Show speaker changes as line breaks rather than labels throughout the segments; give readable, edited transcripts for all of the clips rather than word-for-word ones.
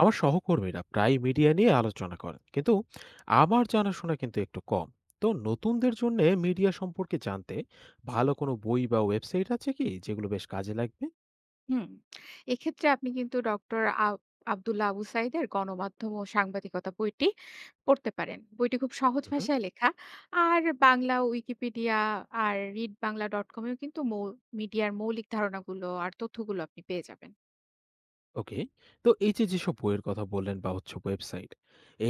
আমার সহকর্মীরা প্রায় মিডিয়া নিয়ে আলোচনা করেন, কিন্তু আমার জানাশোনা কিন্তু একটু কম। তো নতুনদের জন্য মিডিয়া সম্পর্কে জানতে ভালো কোনো বই বা ওয়েবসাইট আছে কি, যেগুলো বেশ কাজে লাগবে?
হুম। এক্ষেত্রে আপনি কিন্তু ডক্টর আব্দুল্লাহ আবু সাঈদের গণমাধ্যম ও সাংবাদিকতা বইটি পড়তে পারেন। বইটি খুব সহজ
হুম।
ভাষায় লেখা। আর বাংলা উইকিপিডিয়া আর readbangla.com এও কিন্তু মিডিয়ার মৌলিক ধারণাগুলো আর তথ্যগুলো আপনি পেয়ে যাবেন।
ওকে। তো এই যে যেসব বইয়ের কথা বললেন বা হচ্ছে ওয়েবসাইট,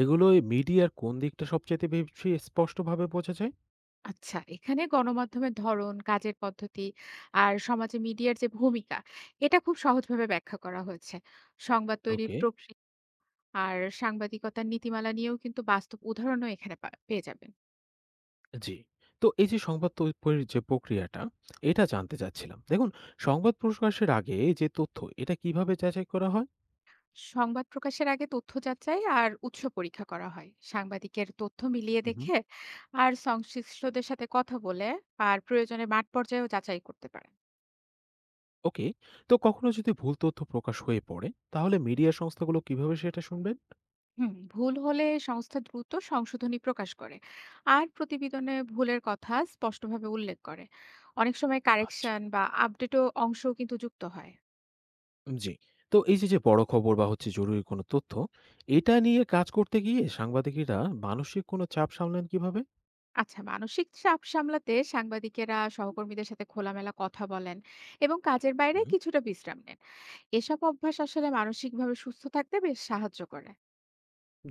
এগুলো মিডিয়ার কোন দিকটা সবচেয়ে বেশি স্পষ্টভাবে বোঝা যায়?
আচ্ছা, এখানে গণমাধ্যমের ধরন, কাজের পদ্ধতি আর সমাজে মিডিয়ার যে ভূমিকা, এটা খুব সহজভাবে ব্যাখ্যা করা হয়েছে। সংবাদ তৈরির
ওকে।
প্রক্রিয়া আর সাংবাদিকতার নীতিমালা নিয়েও কিন্তু বাস্তব উদাহরণও এখানে পেয়ে যাবেন।
জি। তো এই যে সংবাদ তৈরির যে প্রক্রিয়াটা, এটা জানতে চাচ্ছিলাম। দেখুন, সংবাদ প্রকাশের আগে যে তথ্য, এটা কিভাবে যাচাই করা
সংবাদ প্রকাশের আগে তথ্য যাচাই আর উৎস পরীক্ষা করা হয় সাংবাদিকের তথ্য মিলিয়ে
হয়?
দেখে আর সংশ্লিষ্টদের সাথে কথা বলে আর প্রয়োজনে মাঠ পর্যায়েও যাচাই করতে পারে।
ওকে। তো কখনো যদি ভুল তথ্য প্রকাশ হয়ে পড়ে, তাহলে মিডিয়া সংস্থাগুলো কিভাবে সেটা শুনবেন?
হুম, ভুল হলে সংস্থা দ্রুত সংশোধনী প্রকাশ করে আর প্রতিবেদনে ভুলের কথা স্পষ্টভাবে উল্লেখ করে। অনেক সময়
আচ্ছা।
কারেকশন বা আপডেটও অংশও কিন্তু যুক্ত হয়।
জি। তো এই যে যে বড় খবর বা হচ্ছে জরুরি কোনো তথ্য, এটা নিয়ে কাজ করতে গিয়ে সাংবাদিকেরা মানসিক কোনো চাপ সামলান কিভাবে?
আচ্ছা, মানসিক চাপ সামলাতে সাংবাদিকেরা সহকর্মীদের সাথে খোলামেলা কথা বলেন এবং কাজের বাইরে
হুম,
কিছুটা বিশ্রাম নেন। এসব অভ্যাস আসলে মানসিকভাবে সুস্থ থাকতে বেশ সাহায্য করে।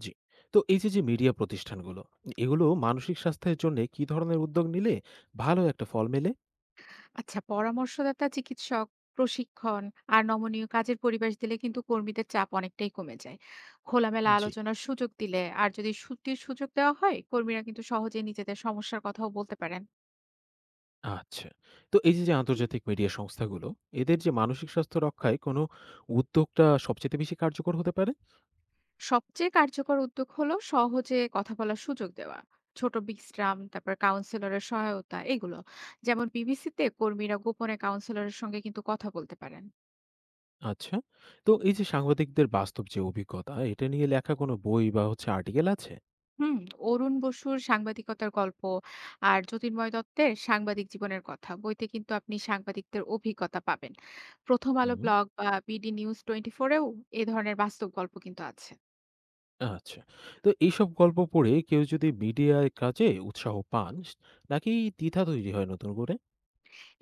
জি। তো এই যে যে মিডিয়া প্রতিষ্ঠানগুলো, এগুলো মানসিক স্বাস্থ্যের জন্য কি ধরনের উদ্যোগ নিলে ভালো একটা ফল মেলে?
আচ্ছা, পরামর্শদাতা চিকিৎসক, প্রশিক্ষণ আর নমনীয় কাজের পরিবেশ দিলে কিন্তু কর্মীদের চাপ অনেকটাই কমে যায়। খোলামেলা
জি।
আলোচনার সুযোগ দিলে আর যদি ছুটির সুযোগ দেওয়া হয়, কর্মীরা কিন্তু সহজে নিজেদের সমস্যার কথাও বলতে পারেন।
আচ্ছা। তো এই যে, যে আন্তর্জাতিক মিডিয়া সংস্থাগুলো, এদের যে মানসিক স্বাস্থ্য রক্ষায় কোনো উদ্যোগটা সবচাইতে বেশি কার্যকর হতে পারে?
সবচেয়ে কার্যকর উদ্যোগ হলো সহজে কথা বলার সুযোগ দেওয়া, ছোট বিশ্রাম, তারপর কাউন্সিলরের সহায়তা। এগুলো যেমন বিবিসিতে কর্মীরা গোপনে কাউন্সিলরের সঙ্গে কিন্তু কথা বলতে পারেন।
আচ্ছা। তো এই যে সাংবাদিকদের বাস্তব যে অভিজ্ঞতা, এটা নিয়ে লেখা কোনো বই বা হচ্ছে আর্টিকেল আছে?
হুম, অরুণ বসুর সাংবাদিকতার গল্প আর যতীনময় দত্তের সাংবাদিক জীবনের কথা বইতে কিন্তু আপনি সাংবাদিকদের অভিজ্ঞতা পাবেন। প্রথম আলো
হুম।
ব্লগ বা বিডি নিউজ 24 এও এ ধরনের বাস্তব গল্প কিন্তু আছে।
আচ্ছা। তো এইসব গল্প পড়ে কেউ যদি মিডিয়ায় কাজে উৎসাহ পান, নাকি দ্বিধা তৈরি হয় নতুন করে?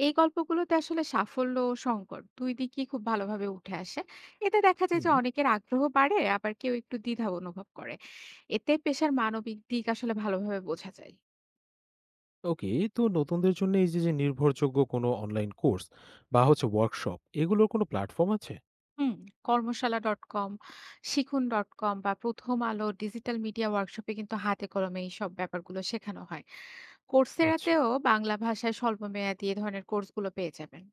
এই গল্পগুলোতে আসলে সাফল্য ও সংকট দুই দিকই খুব ভালোভাবে উঠে আসে। এতে দেখা যায়
হুম।
যে অনেকের আগ্রহ বাড়ে, আবার কেউ একটু দ্বিধা অনুভব করে। এতে পেশার মানবিক দিক আসলে ভালোভাবে বোঝা যায়।
ওকে, তো নতুনদের জন্য এই যে, যে নির্ভরযোগ্য কোনো অনলাইন কোর্স বা হচ্ছে ওয়ার্কশপ, এগুলোর কোনো প্ল্যাটফর্ম আছে?
হুম, কর্মশালা.com, শিখুন.com বা প্রথম আলো ডিজিটাল মিডিয়া ওয়ার্কশপে কিন্তু হাতে কলমে এইসব ব্যাপারগুলো শেখানো হয়।
আচ্ছা।
কোর্সেরাতেও বাংলা ভাষায় স্বল্পমেয়াদী এ ধরনের কোর্সগুলো পেয়ে যাবেন।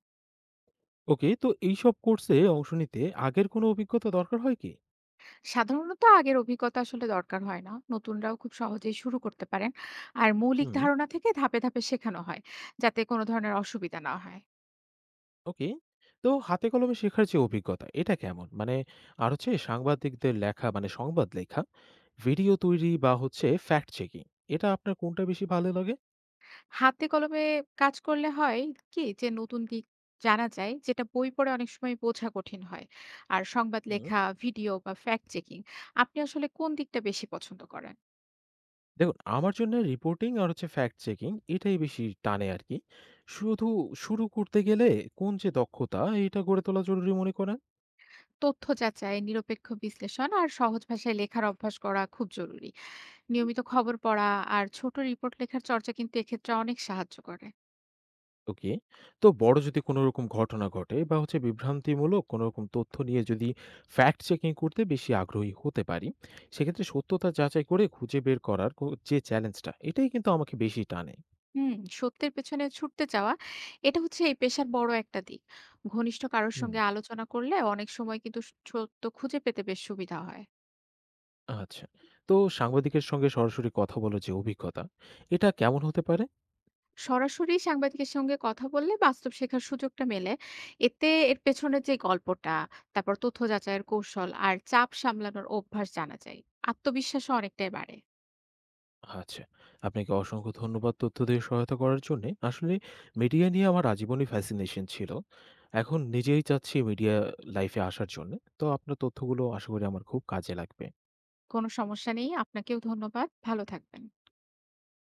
ওকে, তো এইসব কোর্সে অংশ নিতে আগের কোনো অভিজ্ঞতা দরকার হয় কি?
সাধারণত আগের অভিজ্ঞতা আসলে দরকার হয় না। নতুনরাও খুব সহজেই শুরু করতে পারেন। আর মৌলিক
হুম।
ধারণা থেকে ধাপে, ধাপে শেখানো হয়, যাতে কোনো ধরনের অসুবিধা না হয়।
ওকে। তো হাতে কলমে শেখার যে অভিজ্ঞতা, এটা কেমন? মানে আর হচ্ছে সাংবাদিকদের লেখা, মানে সংবাদ লেখা, ভিডিও তৈরি বা হচ্ছে ফ্যাক্ট চেকিং, এটা আপনার কোনটা বেশি ভালো লাগে?
হাতে কলমে কাজ করলে হয় কি যে নতুন দিক জানা যায়, যেটা বই পড়ে অনেক সময় বোঝা কঠিন হয়। আর সংবাদ লেখা, ভিডিও বা ফ্যাক্ট চেকিং, আপনি আসলে কোন দিকটা বেশি পছন্দ করেন?
দেখুন, আমার জন্য রিপোর্টিং আর হচ্ছে ফ্যাক্ট চেকিং এটাই বেশি টানে আরকি। শুধু শুরু করতে গেলে কোন যে দক্ষতা এটা গড়ে তোলা জরুরি মনে করেন?
তথ্য যাচাই, নিরপেক্ষ বিশ্লেষণ আর সহজ ভাষায় লেখার অভ্যাস করা খুব জরুরি। নিয়মিত খবর পড়া আর ছোট রিপোর্ট লেখার চর্চা কিন্তু এক্ষেত্রে অনেক সাহায্য করে।
ওকে। তো বড় যদি কোনো রকম ঘটনা ঘটে বা হচ্ছে বিভ্রান্তিমূলক কোনো রকম তথ্য নিয়ে যদি ফ্যাক্ট চেকিং করতে বেশি আগ্রহী হতে পারি, সেক্ষেত্রে সত্যতা যাচাই করে খুঁজে বের করার যে চ্যালেঞ্জটা এটাই কিন্তু আমাকে বেশি টানে।
হুম, সত্যের পেছনে ছুটতে চাওয়া, এটা হচ্ছে এই পেশার বড় একটা দিক। ঘনিষ্ঠ কারোর
হুম।
সঙ্গে আলোচনা করলে অনেক সময় কিন্তু সত্য খুঁজে পেতে বেশ সুবিধা হয়।
আচ্ছা। তো সাংবাদিকের সঙ্গে সরাসরি কথা বলার যে অভিজ্ঞতা, এটা কেমন হতে পারে?
সরাসরি সাংবাদিকের সঙ্গে কথা বললে বাস্তব শেখার সুযোগটা মেলে। এতে এর পেছনে যে গল্পটা, তারপর তথ্য যাচাইয়ের কৌশল আর চাপ সামলানোর অভ্যাস জানা যায়। আত্মবিশ্বাসও অনেকটাই বাড়ে।
আচ্ছা। আপনাকে অসংখ্য ধন্যবাদ তথ্য দিয়ে সহায়তা করার জন্যে। আসলে মিডিয়া নিয়ে আমার আজীবনই fascination ছিল। এখন নিজেই চাচ্ছি মিডিয়া লাইফে আসার জন্যে। তো আপনার তথ্যগুলো আশা করি আমার খুব কাজে লাগবে।
কোনো সমস্যা নেই, আপনাকেও ধন্যবাদ, ভালো থাকবেন।